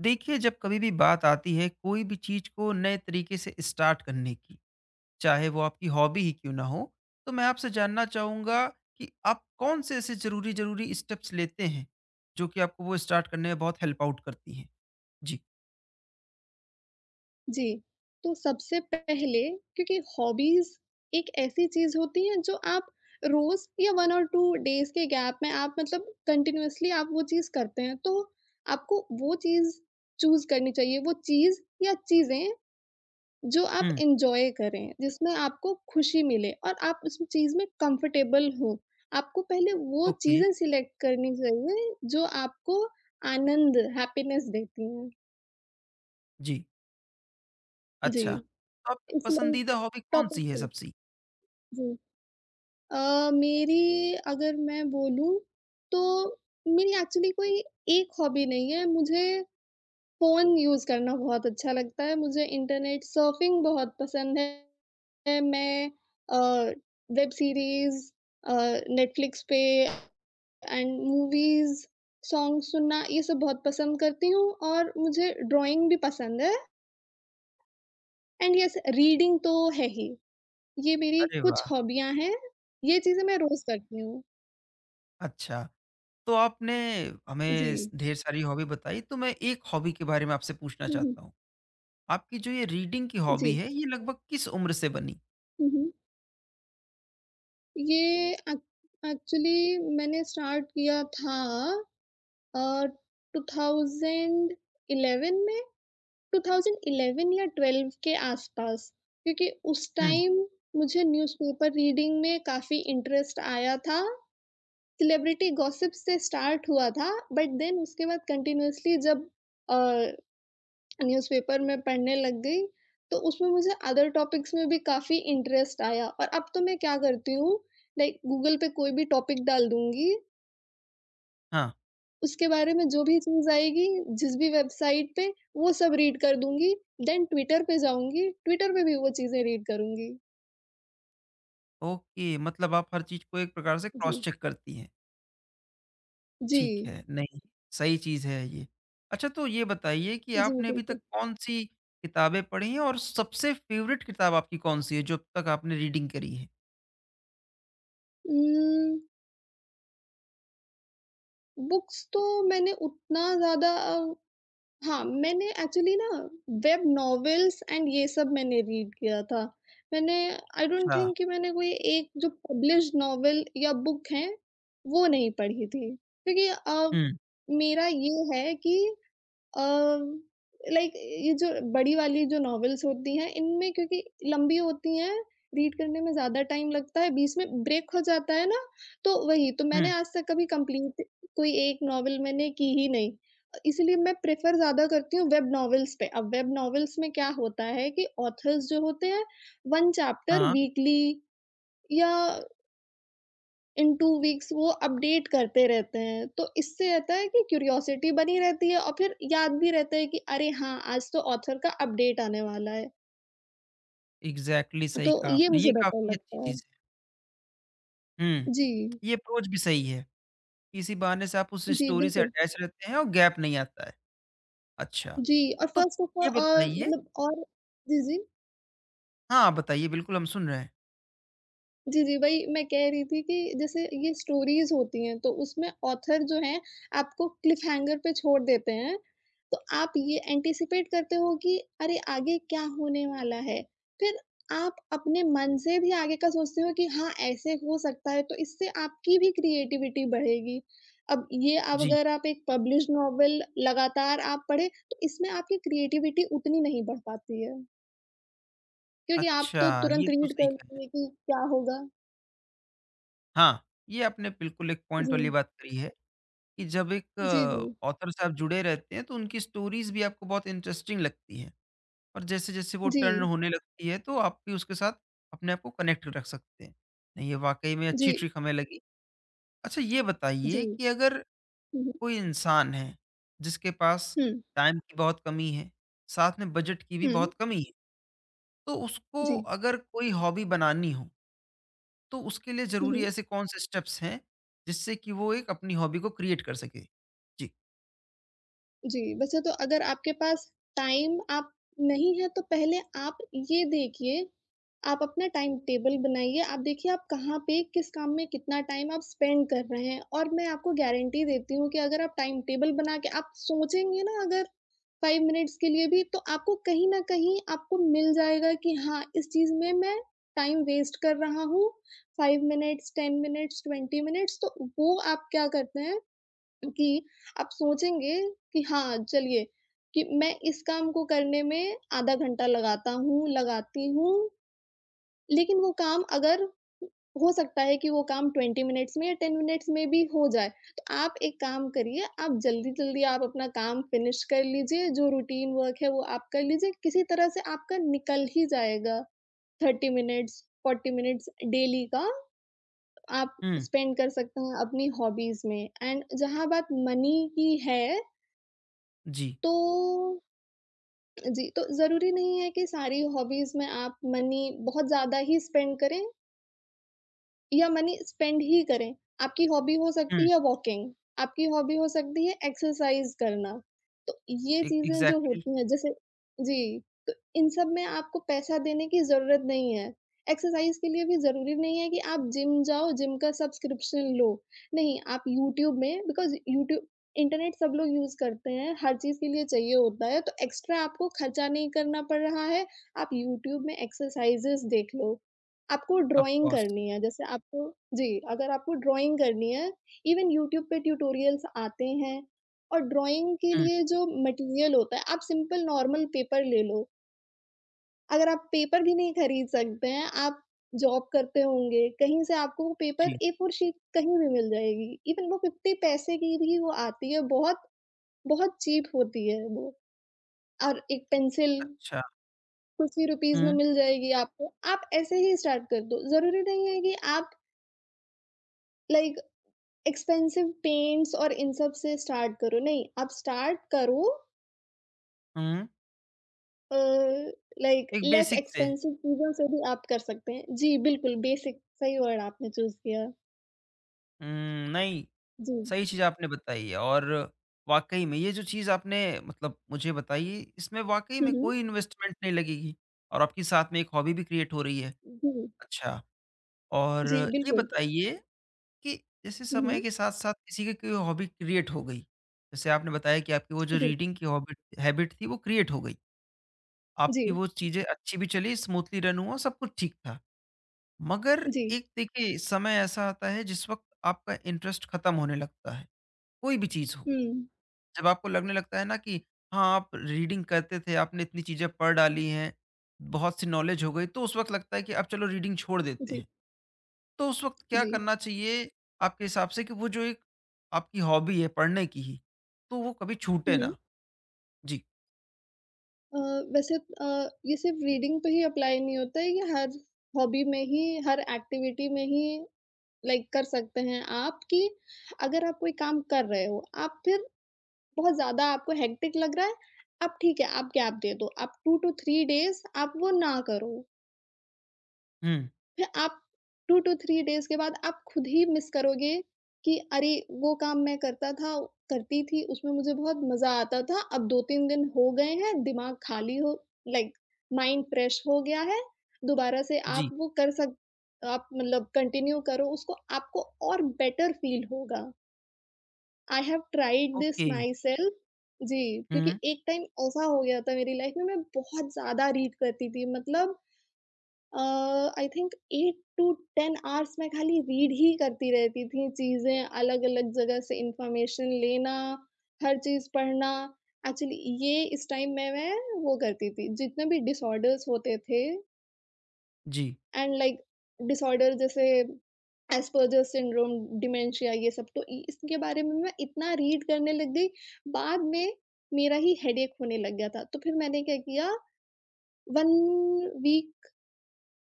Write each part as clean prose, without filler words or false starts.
देखिए जब कभी भी बात आती है कोई भी चीज को नए तरीके से स्टार्ट करने की। चाहे वो आपकी हॉबी ही क्यों ना हो तो मैं आपसे जानना चाहूंगा कि आप कौन से ऐसे जरूरी जरूरी स्टेप्स लेते हैं जो कि आपको वो स्टार्ट करने में बहुत हेल्प आउट करती हैं। जी। जी, तो सबसे पहले क्योंकि हॉबीज़ एक ऐसी चीज़ होती है जो आप रोज़ या 1 और 2 डेज़ के गैप में आप मतलब कंटिन्यूअसली आप वो चीज़ करते हैं, तो आपको वो चीज़ चूज़ करनी चाहिए, वो चीज़ या चीज़ें जो आप हम्म। एन्जॉय करें, जिसमें आपको खुशी मिले और आप उस चीज़ में कंफ़र्टेबल हो। आपको पहले वो ओके। चीज़ें सिलेक्ट करनी चाहिए जो आपको आनंद, हैप्पीनेस देती हैं। जी। जी, अच्छा, तो आपकी इसलिए एक पसंदीदा हॉबी कौन टॉपिक सी है सिलेक्ट सबसे? जी। अ, मेरी अगर मैं बोलूँ, तो मेरी एक्चुअली कोई एक हॉबी नहीं है, मुझे फ़ोन यूज़ करना बहुत अच्छा लगता है, मुझे इंटरनेट सर्फिंग बहुत पसंद है। मैं अ, वेब सीरीज़ अ, नेटफ्लिक्स पे एंड मूवीज़, सॉन्ग सुनना ये सब बहुत पसंद करती हूँ और मुझे ड्राइंग भी पसंद है एंड यस रीडिंग तो है ही। ये मेरी अरे कुछ वाह! हॉबियाँ हैं, ये चीज़ें मैं रोज़ करती हूँ। अच्छा, तो आपने हमें जी। ढेर सारी हॉबी बताई तो मैं एक हॉबी के बारे में आपसे पूछना हुँ, हुँ। चाहता हूँ। आपकी जो ये रीडिंग की हॉबी जी। है ये लगभग किस उम्र से बनी? हुँ, हुँ। ये एक्चुअली मैंने स्टार्ट किया था अ, 2011 में 2011 या 12 के आस-पास, क्योंकि उस हुँ, टाइम मुझे न्यूज़पेपर रीडिंग में काफ़ी इंटरेस्ट आया था। सेलिब्रिटी गॉसिप से स्टार्ट हुआ था, बट देन उसके बाद कंटिन्यूअसली जब अ न्यूज़पेपर मैं पढ़ने लग गई, तो उसमें मुझे अदर टॉपिक्स में भी काफ़ी इंटरेस्ट आया और अब तो मैं क्या करती हूँ, लाइक गूगल पे कोई भी टॉपिक डाल दूँगी, हाँ, उसके बारे में जो भी चीज़ आएगी, जिस भी वेबसाइट पे, वो सब रीड कर दूँगी, देन ट्विटर पे जाऊँगी, ट्विटर पे भी वो चीज़ें रीड करूँगी। ओके, मतलब आप हर चीज़ को एक प्रकार से जी। क्रॉस चेक करती हैं। जी। ठीक है, नहीं, सही चीज़ है ये। अच्छा, तो ये बताइए कि जी, आपने अभी तक बिल्कुल। कौन-सी किताबें पढ़ी हैं और सबसे फ़ेवरेट किताब आपकी कौन-सी है जो अब तक आपने रीडिंग करी है? उम, बुक्स तो मैंने उतना ज़्यादा हाँ, मैंने एक्चुअली ना वेब नॉवेल्स एंड ये सब मैंने रीड किया था। मैंने आई डोंट अच्छा, थिंक कि मैंने कोई एक जो पब्लिश्ड नॉवेल या बुक है, वो नहीं पढ़ी थी। क्योंकि हुँ, मेरा ये है कि अ, लाइक ये जो बड़ी वाली जो नॉवेल्स होती हैं, इनमें क्योंकि लंबी होती हैं, रीड करने में ज़्यादा टाइम लगता है, बीच में ब्रेक हो जाता है ना, तो वही, तो हुँ, मैंने आज तक कभी कंप्लीट कोई एक नॉवेल मैंने की ही नहीं। इसलिए मैं प्रेफ़र ज़्यादा करती हूँ वेब नॉवेल्स पे। अब वेब नॉवेल्स में क्या होता है कि ऑथर्स जो होते हैं, 1 चैप्टर हाँ, वीकली या इन 2 वीक्स वो अपडेट करते रहते हैं। तो इससे रहता है कि क्यूरियोसिटी बनी रहती है और फिर याद भी रहता है कि अरे हाँ, आज तो ऑथर का अपडेट आने वाला है। एग्ज़ैक्टली सही तो कहा ये आपने, ये मुझे बेटर काफ़ी अच्छी लगता है। चीज़ है। हुँ, जी। ये अप्रोच भी सही है, इसी बहाने से आप उस जी, स्टोरी से बिल्कुल। अटैच रहते हैं और गैप नहीं आता है। अच्छा, जी और तो फ़र्स्ट ऑफ ऑल ये बताइए। मतलब और जी। हाँ, बताइए बिल्कुल हम सुन रहे हैं। जी, जी, वही मैं कह रही थी कि जैसे ये स्टोरीज़ होती हैं, तो उसमें ऑथर जो हैं, आपको क्लिफ हैंगर पे छोड़ देते हैं। तो आप ये एंटीसिपेट करते हो कि अरे! आगे क्या होने वाला है? फिर आप अपने मन से भी आगे का सोचते हो कि हाँ, ऐसे हो सकता है, तो इससे आपकी भी क्रिएटिविटी बढ़ेगी। अब जी। अगर आप एक पब्लिश्ड नॉवल लगातार आप पढ़ें, तो इसमें आपकी क्रिएटिविटी उतनी नहीं बढ़ पाती है, क्योंकि आप अच्छा, तो ये तुरंत तो रीड सही कहा करते है। हैं कि क्या होगा? हाँ, ये आपने बिल्कुल एक पॉइंट जी। वाली बात करी है कि जब एक जी, जी। ऑथर साहब जुड़े रहते हैं, तो उनकी स्टोरीज़ भी आपको बहुत इंटरेस्टिंग लगती हैं और जैसे-जैसे वो टर्न जी, होने लगती है, तो आप भी उसके साथ अपने आप को कनेक्ट रख सकते हैं। नहीं, ये वाक़ई में अच्छी जी, ट्रिक हमें लगी। अच्छा, ये जी। बताइए कि अगर हुँ, हुँ। कोई इंसान है, जिसके पास हुँ, टाइम की बहुत कमी है, साथ में बजट की भी हुँ। बहुत कमी है, तो उसको जी। अगर कोई हॉबी बनानी हो, तो उसके लिए ज़रूरी हुँ, ऐसे कौन से स्टेप्स हैं, जिससे कि वो एक अपनी हॉबी को क्रिएट कर सके? जी। जी, वैसे तो अगर आपके पास टाइम आप नहीं है तो पहले आप ये देखिए, आप अपना टाइम टेबल बनाइए, आप देखिए आप कहाँ पे किस काम में कितना टाइम आप स्पेंड कर रहे हैं और मैं आपको गारंटी देती हूँ कि अगर आप टाइम टेबल बना के आप सोचेंगे ना अगर 5 मिनट्स के लिए भी तो आपको कहीं न कहीं आपको मिल जाएगा कि हाँ, इस चीज़ में मैं टाइम वेस्ट कर रहा हूँ, 5 मिनट्स, 10 मिनट्स, 20 मिनट्स तो वो आप क्या करते हैं कि आप सोचेंगे कि हाँ, चलिए कि मैं इस काम को करने में आधा घंटा लगाता हूँ, लगाती हूँ, लेकिन वो काम अगर हो सकता है कि वो काम 20 मिनट्स में या 10 मिनट्स में भी हो जाए। तो आप एक काम करिए, आप जल्दी-जल्दी आप अपना काम फिनिश कर लीजिए, जो रूटीन वर्क है वो आप कर लीजिए, किसी तरह से आपका निकल ही जाएगा। 30 मिनट्स, 40 मिनट्स डेली का आप हुँ, स्पेंड कर सकते हैं अपनी हॉबीज़ में एंड जहाँ बात मनी की है जी। तो जी, तो ज़रूरी नहीं है कि सारी हॉबीज़ में आप मनी बहुत ज़्यादा ही स्पेंड करें या मनी स्पेंड ही करें। आपकी हॉबी हो हुँ, सकती है वॉकिंग, आपकी हॉबी हो सकती है एक्सरसाइज़ करना। तो ये ए चीज़ें जो एग्ज़ैक्टली, होती हैं जैसे जी, तो इन सब में आपको पैसा देने की ज़रूरत नहीं है। एक्सरसाइज़ के लिए भी ज़रूरी नहीं है कि आप जिम जाओ, जिम का सब्सक्रिप्शन लो। नहीं, आप यूट्यूब में बिकॉज़ यूट्यूब इंटरनेट सब लोग यूज़ करते हैं, हर चीज़ के लिए चाहिए होता है, तो एक्स्ट्रा आपको खर्चा नहीं करना पड़ रहा है। आप यूट्यूब में एक्सरसाइज़ेज़ देख लो, आपको ऑफ़ ड्राइंग कोर्स। करनी है जैसे आपको जी, अगर आपको ड्राइंग करनी है इवन यूट्यूब पे ट्यूटोरियल्स आते हैं और ड्राइंग के हुँ, लिए जो मटेरियल होता है आप सिंपल नॉर्मल पेपर ले लो। अगर आप पेपर भी नहीं खरीद सकते हैं, आप जॉब करते होंगे, कहीं से आपको वो पेपर जी। ए फोर शीट कहीं भी मिल जाएगी। इवन वो 50 पैसे की भी वो आती है, बहुत, बहुत चीप होती है वो और एक पेंसिल अच्छा। कुछ ही रुपीज़ में हुँ, मिल जाएगी आपको। आप ऐसे ही स्टार्ट कर दो। ज़रूरी नहीं है कि आप लाइक एक्सपेंसिव पेंट्स और इन सब से स्टार्ट करो, नहीं आप स्टार्ट करो हुँ। अ, लाइक एक लेस बेसिक से। एक्सपेंसिव चीज़ों से भी आप कर सकते हैं। जी, बिल्कुल बेसिक सही वर्ड आपने चूज़ किया। हुँ, नहीं, जी। सही चीज़ आपने बताई है और वाक़ई में ये जो चीज़ आपने मतलब मुझे बताई, इसमें वाक़ई हुँ, में हुँ। कोई इन्वेस्टमेंट नहीं लगेगी और आपकी साथ में एक हॉबी भी क्रिएट हो रही है। जी, अच्छा, और जी ये बिल्कुल। बताइए कि जैसे हुँ, समय हुँ। के साथ साथ किसी की कोई हॉबी क्रिएट हो गई, जैसे आपने बताया कि आपकी वो जो जी, रीडिंग की हॉबी हैबिट थी वो क्रिएट हो गई, आपकी जी, वो चीजें अच्छी भी चली, स्मूथली रन हुआ, सब कुछ ठीक था, मगर जी। एक देखिए समय ऐसा आता है जिस वक्त आपका इंटरेस्ट खत्म होने लगता है, कोई भी चीज हो। हुँ, जब आपको लगने लगता है ना कि हाँ, आप रीडिंग करते थे, आपने इतनी चीजें पढ़ डाली हैं, बहुत सी नॉलेज हो गई, तो उस वक्त लगता है कि अब चलो रीडिंग छोड़ देते जी, हैं, तो उस वक़्त क्या जी। करना चाहिए आपके हिसाब से? कि वो जो एक आपकी हॉबी है पढ़ने की ही, तो वो कभी हुँ, छूटे हुँ। ना? जी। अ, वैसे ये सिर्फ रीडिंग पे ही अप्लाई नहीं होता है, ये हर हॉबी में ही, हर एक्टिविटी में ही लाइक कर सकते हैं आप कि अगर आप कोई काम कर रहे हो, आप फिर बहुत ज़्यादा आपको हेक्टिक लग रहा है, आप ठीक है, आप गैप दे दो, आप 2 टू 3 डेज़ आप वो ना करो। हुँ, फिर आप 2 टू 3 डेज़ के बाद आप खुद ही मिस करोगे कि अरे! वो काम मैं करता था करती थी, उसमें मुझे बहुत मज़ा आता था, अब 2-3 दिन हो गए हैं, दिमाग खाली हो लाइक माइंड फ्रेश हो गया है, दोबारा से आप जी, वो कर सक आप मतलब कंटिन्यू करो उसको, आपको और बेटर फ़ील होगा। I have tried this okay. Myself. जी, हुँ, क्योंकि एक टाइम ऐसा हो गया था मेरी लाइफ में मैं बहुत ज़्यादा रीड करती थी मतलब अ, आई थिंक 8 टू 10 आवर्स मैं खाली रीड ही करती रहती थी चीज़ें, अलग-अलग जगह से इन्फॉर्मेशन लेना, हर चीज़ पढ़ना। एक्चुअली ये इस टाइम में मैं वो करती थी, जितने भी डिसऑर्डर्स होते थे जी। एंड लाइक डिसऑर्डर जैसे एस्पर्जर सिंड्रोम डिमेंशिया ये सब तो इसके बारे में मैं इतना रीड करने लग गई बाद में मेरा ही हेडेक होने लग गया था तो फिर मैंने क्या किया वन वीक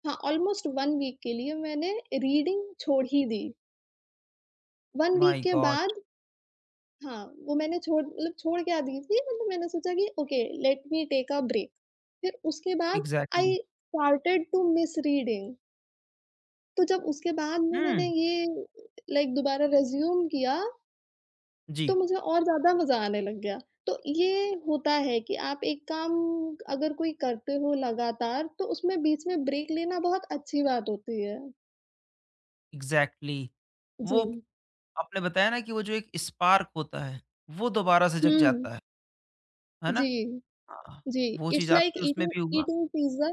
हाँ ऑलमोस्ट वन वीक के लिए मैंने रीडिंग छोड़ ही दी वन वीक माय के गॉड! बाद हाँ वो मैंने छोड़ क्या दी थी मतलब मैंने सोचा कि okay let me take a break फिर उसके बाद exactly. I started to miss reading तो जब उसके बाद में हुँ, मैंने ये लाइक दोबारा रिज़्यूम किया, तो जी, मुझे और ज़्यादा मज़ा आने लग गया। तो ये होता है कि आप एक काम अगर कोई करते हो लगातार, तो उसमें बीच में ब्रेक लेना बहुत अच्छी बात होती है। एग्ज़ैक्टली। वो जी। आपने बताया ना कि वो जो एक स्पार्क होता है, वो दोबारा से जग हुँ। जाता है ना? जी, हाँ, जी। वो इट्स चीज़ लाइक आपकी उसमें ईटिंग भी हुआ? ईटिंग पिज़्ज़ा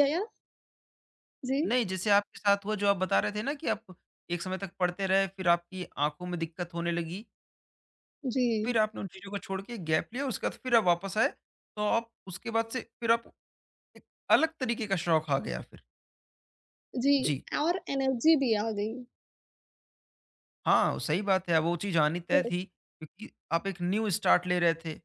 या जी, नहीं, जैसे आपके साथ हुआ जो आप बता रहे थे ना कि आप एक समय तक पढ़ते रहे, फिर आपकी आँखों में दिक्कत होने लगी। जी, फिर आपने उन चीज़ों को छोड़ के गैप लिया, उसके बाद फिर आप वापस आए, तो आप उसके बाद से फिर आप एक अलग तरीके का शौक आ गया फिर। जी जी। और एनर्जी भी आ गई। हाँ, सही बात है, वो चीज़ आनी तय यस। थी क्योंकि आप एक न्यू स्टार्ट ले रहे थे।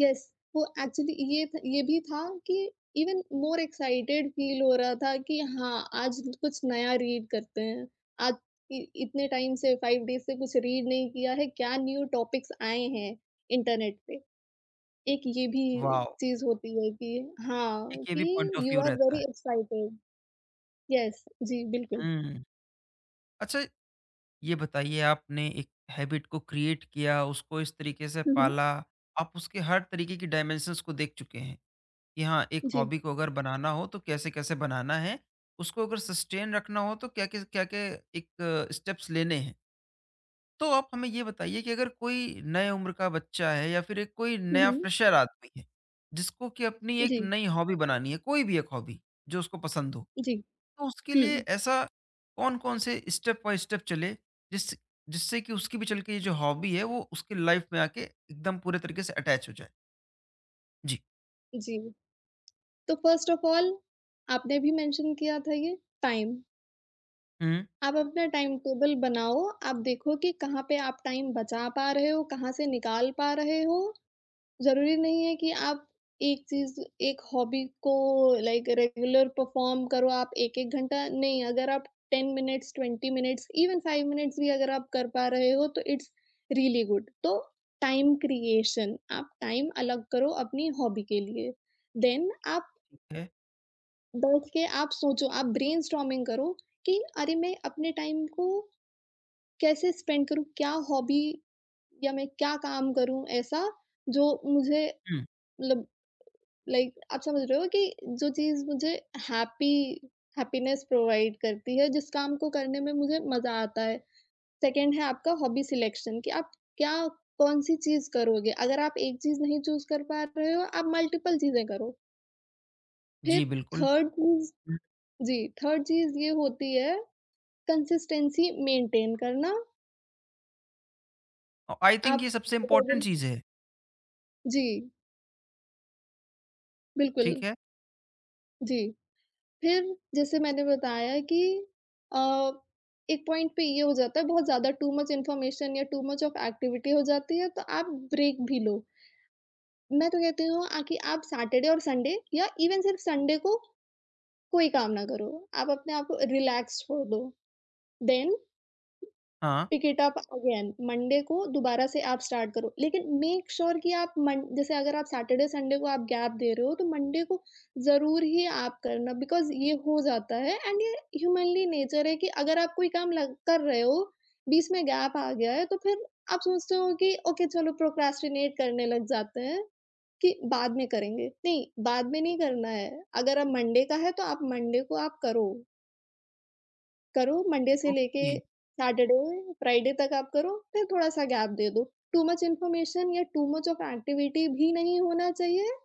यस वो एक्चुअली ये भी था कि इवन मोर एक्साइटेड फ़ील हो रहा था कि हाँ, आज कुछ नया रीड करते हैं। आज इ इतने टाइम से 5 डेज़ से कुछ रीड नहीं किया है, क्या न्यू टॉपिक्स आए हैं इंटरनेट पे। एक ये भी वॉव! चीज़ होती है कि हाँ, एक ये कि भी पॉइंट ऑफ यू व्यू आर रहता है। Very excited. यस, जी, बिल्कुल। हुँ। अच्छा, ये बताइए, आपने एक हैबिट को क्रिएट किया, उसको इस तरीके से हुँ, हुँ। पाला, आप उसके हर तरीके की डाइमेंशंस को देख चुके हैं। कि हाँ, एक जी। हॉबी को अगर बनाना हो तो कैसे-कैसे बनाना है, उसको अगर सस्टेन रखना हो तो क्या-क्या क्या-क्या एक स्टेप्स लेने हैं। तो आप हमें ये बताइए कि अगर कोई नए उम्र का बच्चा है या फिर एक कोई हुँ, नया हुँ। फ्रेशर आदमी है, जिसको कि अपनी एक जी, नई हॉबी बनानी है, कोई भी एक हॉबी जो उसको पसंद हो, जी। तो उसके लिए हुँ, ऐसा कौन-कौन से स्टेप बाय स्टेप चले, जिस जिससे कि उसकी भी चल के ये जो हॉबी है वो उसकी लाइफ में आके एकदम पूरे तरीके से अटैच हो जाए? जी। जी। तो फर्स्ट ऑफ ऑल आपने भी मेंशन किया था ये टाइम। हुँ, आप अपना टाइम टेबल बनाओ, आप देखो कि कहाँ पे आप टाइम बचा पा रहे हो, कहाँ से निकाल पा रहे हो। ज़रूरी नहीं है कि आप एक चीज़ एक हॉबी को लाइक रेगुलर परफ़ॉर्म करो आप 1-1 घंटा नहीं, अगर आप 10 मिनट्स, 20 मिनट्स, इवन 5 मिनट्स भी अगर आप कर पा रहे हो तो इट्स रियली गुड। तो टाइम क्रिएशन, आप टाइम अलग करो अपनी हॉबी के लिए। देन आप है। बैठ के आप सोचो, आप ब्रेनस्टॉर्मिंग करो कि अरे! मैं अपने टाइम को कैसे स्पेंड करूँ? क्या हॉबी या मैं क्या काम करूँ ऐसा जो मुझे हुँ। मतलब लाइक आप समझ रहे हो कि जो चीज़ मुझे हैप्पी हैप्पीनेस प्रोवाइड करती है, जिस काम को करने में मुझे मज़ा आता है। सेकंड है आपका हॉबी सिलेक्शन कि आप क्या कौन-सी चीज़ करोगे? अगर आप एक चीज़ नहीं चूज़ कर पा रहे हो, आप मल्टिपल चीज़ें करो। फिर जी, बिल्कुल। थर्ड चीज़ जी, थर्ड चीज़ ये होती है कंसिस्टेंसी मेंटेन करना। अ, आई थिंक ये आप सबसे इम्पोर्टेंट चीज़ है। जी, बिल्कुल। ठीक है? जी, फिर जैसे मैंने बताया कि अ, एक पॉइंट पे ये हो जाता है बहुत ज़्यादा टू मच इन्फॉर्मेशन या टू मच ऑफ एक्टिविटी हो जाती है तो आप ब्रेक भी लो। मैं तो कहती हूँ आ कि आप सैटरडे और संडे या इवन सिर्फ संडे को कोई काम ना करो। आप अपने आप को रिलैक्स छोड़ दो। देन हाँ, pick it up again, Monday को दोबारा से आप स्टार्ट करो। लेकिन मेक श्योर कि आप मन जैसे अगर आप सैटरडे, संडे को आप गैप दे रहे हो, तो मंडे को ज़रूर ही आप करना बिकॉज़ ये हो जाता है एंड ये ह्यूमनली नेचर है कि अगर आप कोई काम लग कर रहे हो, बीच में गैप आ गया है, तो फिर आप सोचते हो कि ओके चलो प्रोक्रेस्टिनेट करने लग जाते हैं कि बाद में करेंगे। नहीं, बाद में नहीं करना है। अगर अब मंडे का है, तो आप मंडे को आप करो। करो मंडे से लेके ओके। सैटरडे फ्राइडे तक आप करो फिर थोड़ा-सा गैप दे दो। टू मच इन्फॉर्मेशन या टू मच ऑफ एक्टिविटी भी नहीं होना चाहिए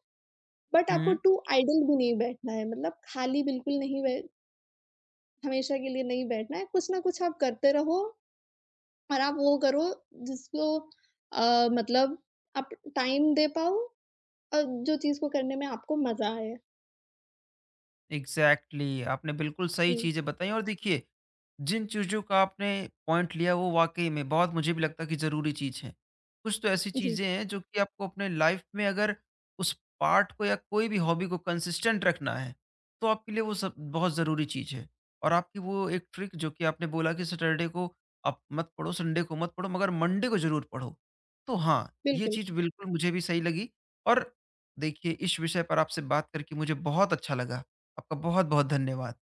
बट आपको हुँ, टू आइडल भी नहीं बैठना है। मतलब खाली बिल्कुल नहीं बै हमेशा के लिए नहीं बैठना है। कुछ ना कुछ आप करते रहो और आप वो करो जिसको मतलब आप टाइम दे पाओ और जो चीज़ को करने में आपको मज़ा आए। एग्ज़ैक्टली आपने बिल्कुल सही जी, चीज़ें बताई और देखिए जिन चीज़ों का आपने पॉइंट लिया वो वाक़ई में बहुत मुझे भी लगता है कि ज़रूरी चीज़ है। कुछ तो ऐसी जी, चीज़ें हैं जो कि आपको अपने लाइफ़ में अगर उस पार्ट को या कोई भी हॉबी को कंसिस्टेंट रखना है, तो आपके लिए वो सब बहुत ज़रूरी चीज़ है। और आपकी वो एक ट्रिक जो कि आपने बोला कि सैटरडे को आप मत पढ़ो, संडे को मत पढ़ो, मगर मंडे को ज़रूर पढ़ो। तो हाँ, ये बिल्कुल। चीज़ बिल्कुल मुझे भी सही लगी और देखिए इस विषय पर आपसे बात करके मुझे बहुत अच्छा लगा। आपका बहुत-बहुत धन्यवाद।